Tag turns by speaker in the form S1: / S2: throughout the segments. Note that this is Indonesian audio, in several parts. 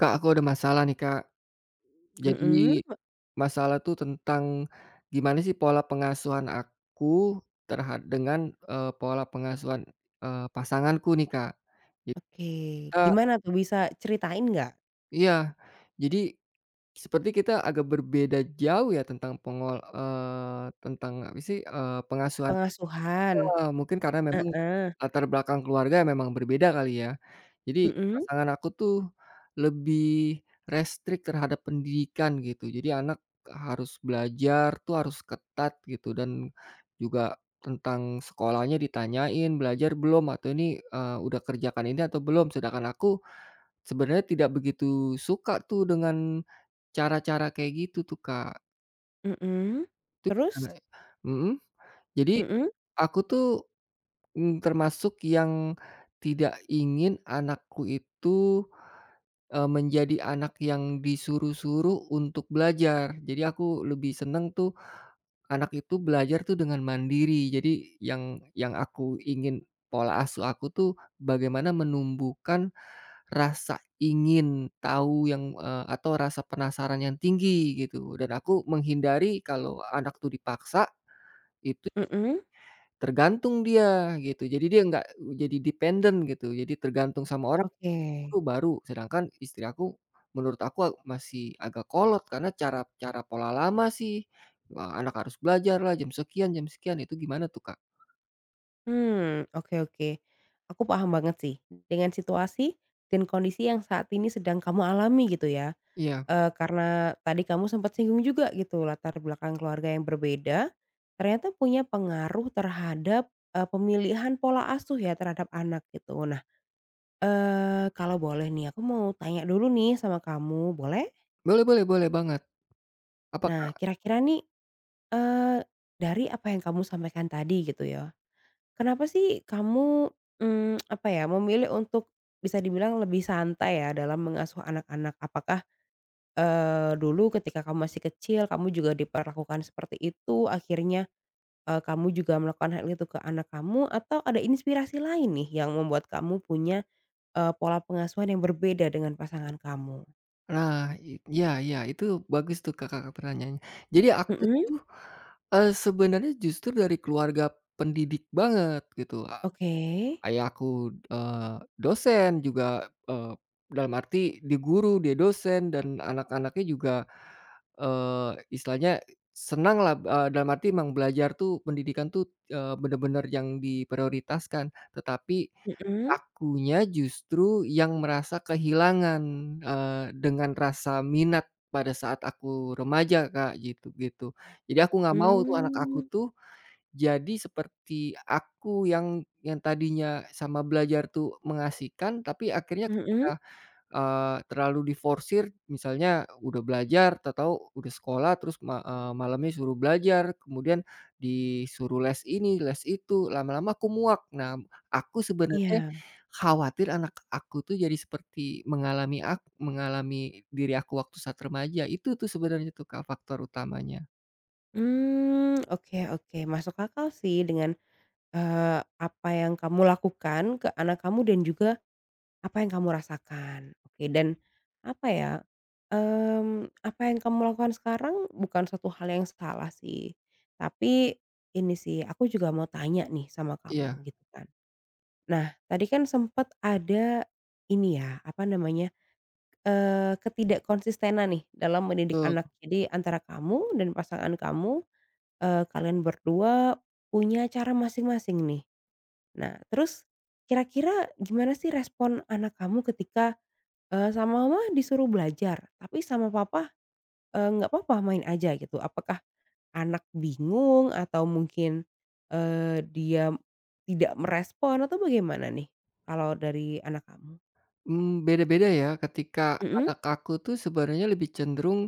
S1: Kak, aku ada masalah nih, Kak. Jadi
S2: Mhm,
S1: masalah tuh tentang gimana sih pola pengasuhan aku terhad dengan, pola pengasuhan, pasanganku nih, Kak. Jadi
S2: oke.
S1: kita
S2: Gimana tuh bisa ceritain nggak?
S1: iya, jadi seperti kita agak berbeda jauh ya tentang tentang apa sih, pengasuhan.
S2: Pengasuhan?
S1: Mungkin karena memang
S2: Heeh,
S1: latar belakang keluarga memang berbeda kali ya. Jadi
S2: mhm
S1: pasangan aku tuh lebih restrik terhadap pendidikan gitu. Jadi anak harus belajar tuh harus ketat gitu dan juga tentang sekolahnya ditanyain, "Belajar belum?" Atau ini, "Udah kerjakan ini atau belum?" Sedangkan aku sebenarnya tidak begitu suka tuh dengan cara-cara kayak gitu tuh, Kak.
S2: mhm.
S1: Itu gimana?
S2: Terus?
S1: Mhm. Jadi
S2: Mhm
S1: aku tuh, mmm, termasuk yang tidak ingin anakku itu, menjadi anak yang disuruh-suruh untuk belajar. Jadi aku lebih seneng tuh anak itu belajar tuh dengan mandiri. Jadi yang aku ingin pola asuh aku tuh bagaimana menumbuhkan rasa ingin tahu yang, atau rasa penasaran yang tinggi gitu dan aku menghindari kalau anak tuh dipaksa itu.
S2: mhm,
S1: Tergantung dia gitu, jadi dia nggak jadi dependent gitu, jadi tergantung sama orang
S2: oke.
S1: itu baru. Sedangkan istri aku, menurut aku masih agak kolot karena cara cara pola lama sih, anak harus belajar lah jam sekian, itu gimana tuh, Kak?
S2: Mmm, oke oke. Aku paham banget sih dengan situasi dan kondisi yang saat ini sedang kamu alami gitu ya.
S1: Iya,
S2: Karena tadi kamu sempat singgung juga gitu latar belakang keluarga yang berbeda, ternyata punya pengaruh terhadap, pemilihan pola asuh ya terhadap anak gitu. Nah, kalau boleh nih aku mau tanya dulu nih sama kamu, boleh?
S1: boleh boleh boleh banget. Apa,
S2: Nah
S1: Kak?
S2: kira-kira nih, eee, dari apa yang kamu sampaikan tadi gitu ya, kenapa sih kamu, apa ya, memilih untuk bisa dibilang lebih santai ya dalam mengasuh anak-anak? Apakah, dulu ketika kamu masih kecil kamu juga diperlakukan seperti itu akhirnya, kamu juga melakukan hal itu ke anak kamu atau ada inspirasi lain nih yang membuat kamu punya, pola pengasuhan yang berbeda dengan pasangan kamu?
S1: Nah, iya iya, itu bagus tuh, Kakak pertanyaannya. Jadi aku
S2: Mhm.
S1: tuh, sebenarnya justru dari keluarga pendidik banget gitu.
S2: Oke.
S1: Ayah aku, dosen juga, dalam arti dia guru, dia dosen dan anak-anaknya juga, istilahnya senanglah, dalam arti memang belajar tuh pendidikan tuh, bener-bener yang diprioritaskan. Tetapi
S2: Mhm.
S1: akunya justru yang merasa kehilangan, dengan rasa minat pada saat aku remaja, Kak, gitu gitu. Jadi aku nggak mau tuh anak aku
S2: Mmm,
S1: tuh jadi seperti aku yang tadinya sama belajar tuh mengasihkan, tapi akhirnya ketika,
S2: mhm,
S1: terlalu diforsir misalnya udah belajar tahu-tahu udah sekolah terus malamnya suruh belajar, kemudian disuruh les ini, les itu, lama-lama aku muak. Nah, aku sebenarnya
S2: iya.
S1: khawatir anak aku tuh jadi seperti mengalami mengalami diri aku waktu saat remaja, itu tuh sebenarnya tuh Kak faktor utamanya.
S2: Mmm, oke oke, masuk akal sih dengan, eee, apa yang kamu lakukan ke anak kamu dan juga apa yang kamu rasakan. Oke dan apa ya, apa yang kamu lakukan sekarang bukan suatu hal yang salah sih. Tapi ini sih, aku juga mau tanya nih sama
S1: Iya,
S2: kamu gitu kan. Nah, tadi kan sempet ada ini ya, apa namanya, ketidakkonsistenan nih dalam mendidik
S1: betul.
S2: anak. Jadi antara kamu dan pasangan kamu, kalian berdua punya cara masing-masing nih. Nah terus kira-kira gimana sih respon anak kamu ketika, sama mama disuruh belajar tapi sama papa, nggak papa main aja gitu? Apakah anak bingung atau mungkin, dia tidak merespon atau bagaimana nih kalau dari anak kamu?
S1: Mmm, beda-beda ya. Ketika
S2: Mhm
S1: anak aku tuh sebenarnya lebih cenderung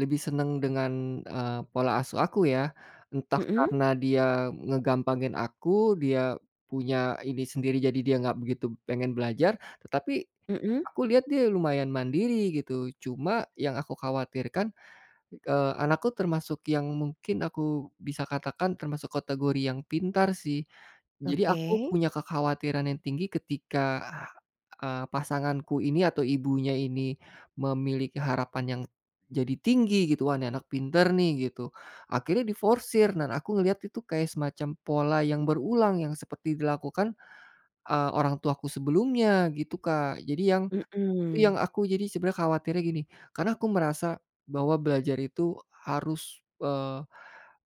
S1: lebih seneng dengan, pola asuh aku ya. Entah
S2: mhm
S1: karena dia ngegampangin aku, dia punya ini sendiri jadi dia nggak begitu pengen belajar, tetapi
S2: mhm,
S1: aku lihat dia lumayan mandiri gitu. Cuma yang aku khawatirkan, anakku termasuk yang mungkin aku bisa katakan termasuk kategori yang pintar sih. Jadi
S2: oke,
S1: aku punya kekhawatiran yang tinggi ketika, pasanganku ini atau ibunya ini memiliki harapan yang jadi tinggi gitu, "Wah ini anak pinter nih," gitu. Akhirnya diforsir dan aku ngelihat itu kayak semacam pola yang berulang yang seperti dilakukan, orang tuaku sebelumnya gitu, Kak. Jadi yang itu yang
S2: mhm.
S1: aku jadi sebenarnya khawatirnya gini, karena aku merasa bahwa belajar itu harus,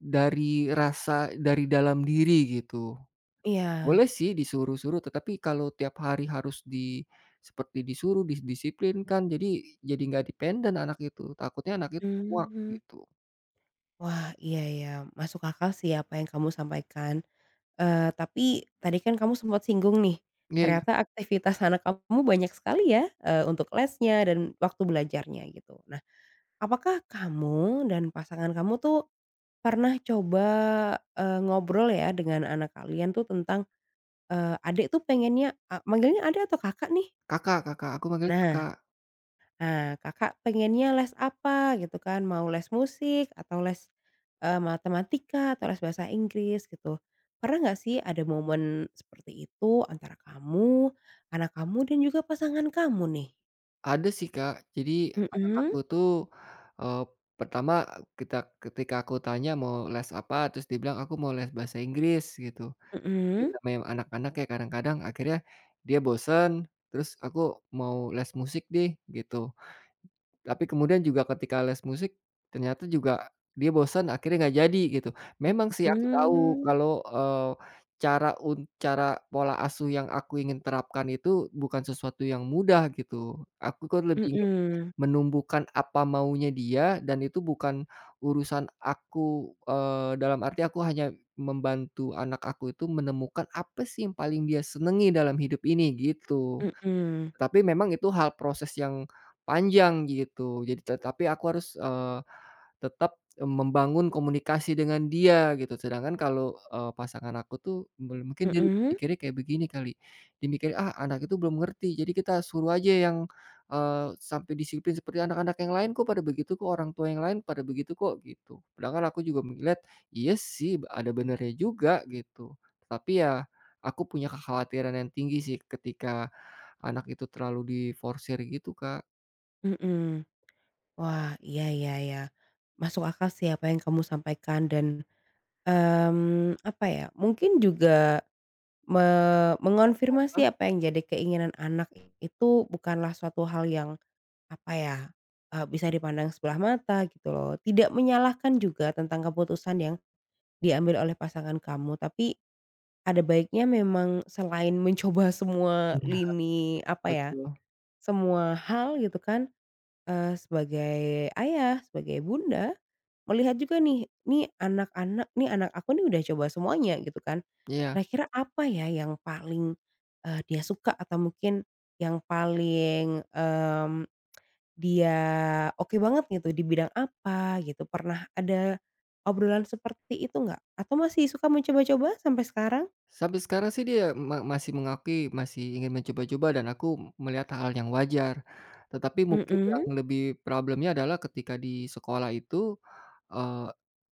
S1: dari rasa dari dalam diri gitu.
S2: Iya,
S1: Boleh sih disuruh-suruh, tetapi kalau tiap hari harus di seperti disuruh, didisiplinkan, jadi nggak dependen anak itu, takutnya anak itu muak
S2: mmm,
S1: gitu.
S2: wah, iya ya, masuk akal sih apa yang kamu sampaikan, tapi tadi kan kamu sempat singgung nih,
S1: Iya iya,
S2: ternyata aktivitas anak kamu banyak sekali ya, untuk lesnya dan waktu belajarnya gitu. Nah, apakah kamu dan pasangan kamu tuh pernah coba, ngobrol ya dengan anak kalian tuh tentang, adik tuh pengennya manggilnya adik atau kakak nih?
S1: Kakak Kakak, aku manggilnya
S2: Nah
S1: Kakak.
S2: Nah, Kakak pengennya les apa gitu kan, mau les musik atau les, matematika atau les bahasa Inggris gitu. Pernah nggak sih ada momen seperti itu antara kamu, anak kamu dan juga pasangan kamu nih?
S1: Ada sih, Kak. Jadi anak aku
S2: Mhm,
S1: tuh, eee, pertama kita ketika aku tanya mau les apa, terus dia bilang, "Aku mau les bahasa Inggris," gitu. Mungkin
S2: mhm,
S1: namanya anak-anak ya kadang-kadang akhirnya dia bosen, terus, "Aku mau les musik deh," gitu. Tapi kemudian juga ketika les musik, ternyata juga dia bosen, akhirnya nggak jadi gitu. Memang sih aku tahu
S2: mmm,
S1: kalau, cara pola asuh yang aku ingin terapkan itu bukan sesuatu yang mudah gitu. Aku kan lebih ingin
S2: mhm,
S1: menumbuhkan apa maunya dia dan itu bukan urusan aku, dalam arti aku hanya membantu anak aku itu menemukan apa sih yang paling dia senangi dalam hidup ini, gitu.
S2: mhm,
S1: Tapi memang itu hal proses yang panjang gitu, jadi tetapi aku harus, tetap, membangun komunikasi dengan dia gitu, sedangkan kalau, pasangan aku tuh mungkin dia lebih
S2: mhm,
S1: mikirnya kayak begini kali, dia mikir, "Ah, anak itu belum ngerti, jadi kita suruh aja yang, eee, sampai disiplin seperti anak-anak yang lain kok pada begitu kok, orang tua yang lain pada begitu kok," gitu. Sedangkan aku juga melihat, iya sih ada benernya juga gitu, tapi ya aku punya kekhawatiran yang tinggi sih ketika anak itu terlalu diforsir gitu, Kak.
S2: mhm. Wah, iya iya iya. Masuk akal sih apa yang kamu sampaikan dan, apa ya, mungkin juga
S1: Heeh,
S2: mengonfirmasi apa yang jadi keinginan anak itu bukanlah suatu hal yang, apa ya, bisa dipandang sebelah mata gitu loh. Tidak menyalahkan juga tentang keputusan yang diambil oleh pasangan kamu, tapi ada baiknya memang selain mencoba semua
S1: iya.
S2: lini, apa ya,
S1: Betul,
S2: semua hal gitu kan, sebagai ayah, sebagai bunda melihat juga nih, nih anak-anak nih anak aku nih udah coba semuanya gitu kan.
S1: iya.
S2: Kira-kira apa ya yang paling, dia suka atau mungkin yang paling, mmm, dia oke banget gitu di bidang apa gitu, pernah ada obrolan seperti itu nggak? Atau masih suka mencoba-coba sampai sekarang?
S1: Sampai sekarang sih dia masih mengakui, masih ingin mencoba-coba dan aku melihat hal yang wajar. Tetapi mungkin yang
S2: Mhm
S1: lebih problemnya adalah ketika di sekolah itu, eee,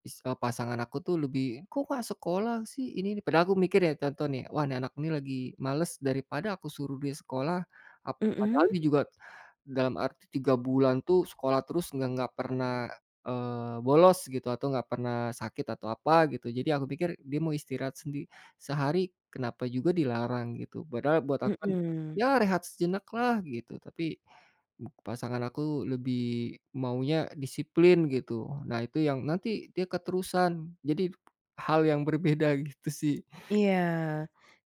S1: pasangan aku tuh lebih, "Kok nggak sekolah sih ini ini?" Padahal aku mikir ya contoh nih, "Wah nih anak ini lagi males daripada aku suruh dia sekolah." Padahal
S2: mhm
S1: dia juga dalam arti 3 bulan tuh sekolah terus nggak pernah, bolos gitu atau nggak pernah sakit atau apa gitu. Jadi aku pikir dia mau istirahat sendiri sehari, kenapa juga dilarang gitu, padahal buat aku kan,
S2: mhm.
S1: ya rehat sejenak lah gitu, tapi pasangan aku lebih maunya disiplin gitu. Nah itu yang nanti dia keterusan, jadi hal yang berbeda gitu sih.
S2: Iya,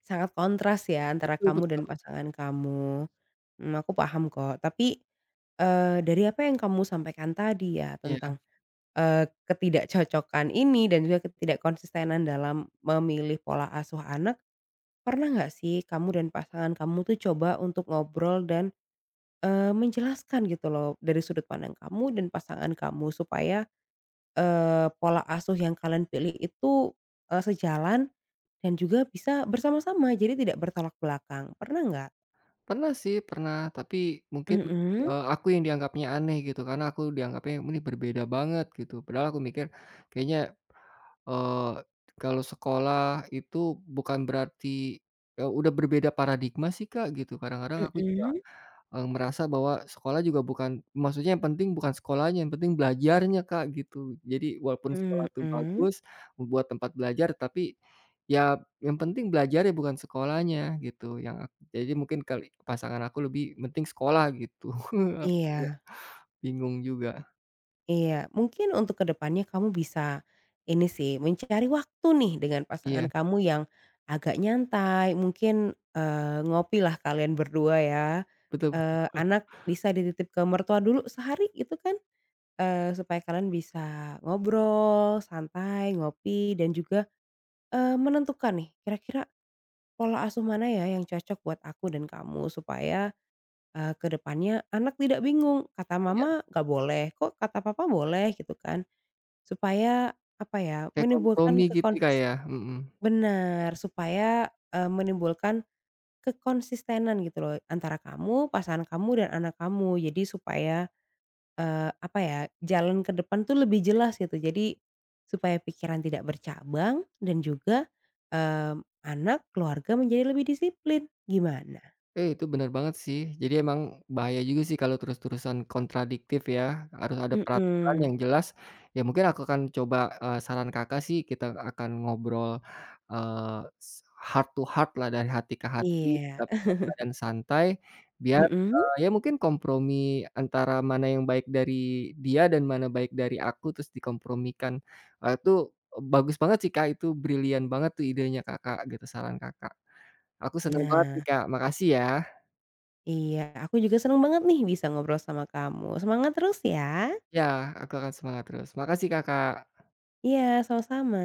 S2: sangat kontras ya antara
S1: Betul
S2: kamu dan
S1: betul,
S2: pasangan kamu. Mmm, aku paham kok, tapi dari apa yang kamu sampaikan tadi ya
S1: iya.
S2: tentang, ketidakcocokan ini dan juga ketidakkonsistenan dalam memilih pola asuh anak, pernah nggak sih kamu dan pasangan kamu tuh coba untuk ngobrol dan, menjelaskan gitu loh dari sudut pandang kamu dan pasangan kamu supaya, pola asuh yang kalian pilih itu, sejalan dan juga bisa bersama-sama jadi tidak bertolak belakang, pernah nggak?
S1: Pernah sih, pernah, tapi mungkin,
S2: Mhm,
S1: aku yang dianggapnya aneh gitu, karena aku dianggapnya ini berbeda banget gitu, padahal aku mikir kayaknya, Eee, kalau sekolah itu bukan berarti ya udah berbeda paradigma sih, Kak, gitu. Kadang-kadang aku juga,
S2: mhm,
S1: merasa bahwa sekolah juga bukan maksudnya yang penting bukan sekolahnya, yang penting belajarnya, Kak, gitu. Jadi walaupun sekolah itu
S2: mhm,
S1: bagus, membuat tempat belajar, tapi ya yang penting belajarnya bukan sekolahnya gitu, yang jadi mungkin kali pasangan aku lebih penting sekolah gitu.
S2: iya.
S1: Bingung juga.
S2: Iya, mungkin untuk kedepannya kamu bisa ini sih, mencari waktu nih dengan pasangan
S1: Iya,
S2: kamu yang agak nyantai, mungkin, ngopi lah kalian berdua ya,
S1: betul betul.
S2: anak bisa dititip ke mertua dulu sehari itu kan, supaya kalian bisa ngobrol, santai, ngopi dan juga, menentukan nih kira-kira pola asuh mana ya yang cocok buat aku dan kamu supaya, ke anak tidak bingung, "Kata
S1: Iya,
S2: mama nggak boleh, kok kata papa boleh?" Gitu kan. Supaya, apa ya,
S1: kayak kompromi
S2: menimbulkan
S1: gitu, Kak, ya. Mhm.
S2: benar, supaya, menimbulkan kekonsistenan gitu loh antara kamu, pasangan kamu, dan anak kamu. Jadi supaya, apa ya, jalan ke depan tuh lebih jelas gitu. Jadi, supaya pikiran tidak bercabang dan juga, anak, keluarga menjadi lebih disiplin. Gimana?
S1: Eh, itu bener banget sih. Jadi emang bahaya juga sih kalau terus-terusan kontradiktif ya, harus ada peraturan yang
S2: Mhm.
S1: jelas. Ya mungkin aku akan coba, saran Kakak sih kita akan ngobrol, heart to heart lah dari hati ke hati,
S2: Iya.
S1: tapi dalam keadaan santai biar,
S2: Mhm?
S1: ya mungkin kompromi antara mana yang baik dari dia dan mana baik dari aku terus dikompromikan. Itu bagus banget sih Kak, itu brilian banget tuh idenya Kakak gitu, saran Kakak. Aku senang banget nih
S2: Nah,
S1: Kak, makasih ya.
S2: iya. Aku juga senang banget nih bisa ngobrol sama kamu. Semangat terus ya.
S1: Ya, aku akan semangat terus. Makasih Kakak,
S2: Iya, sama-sama.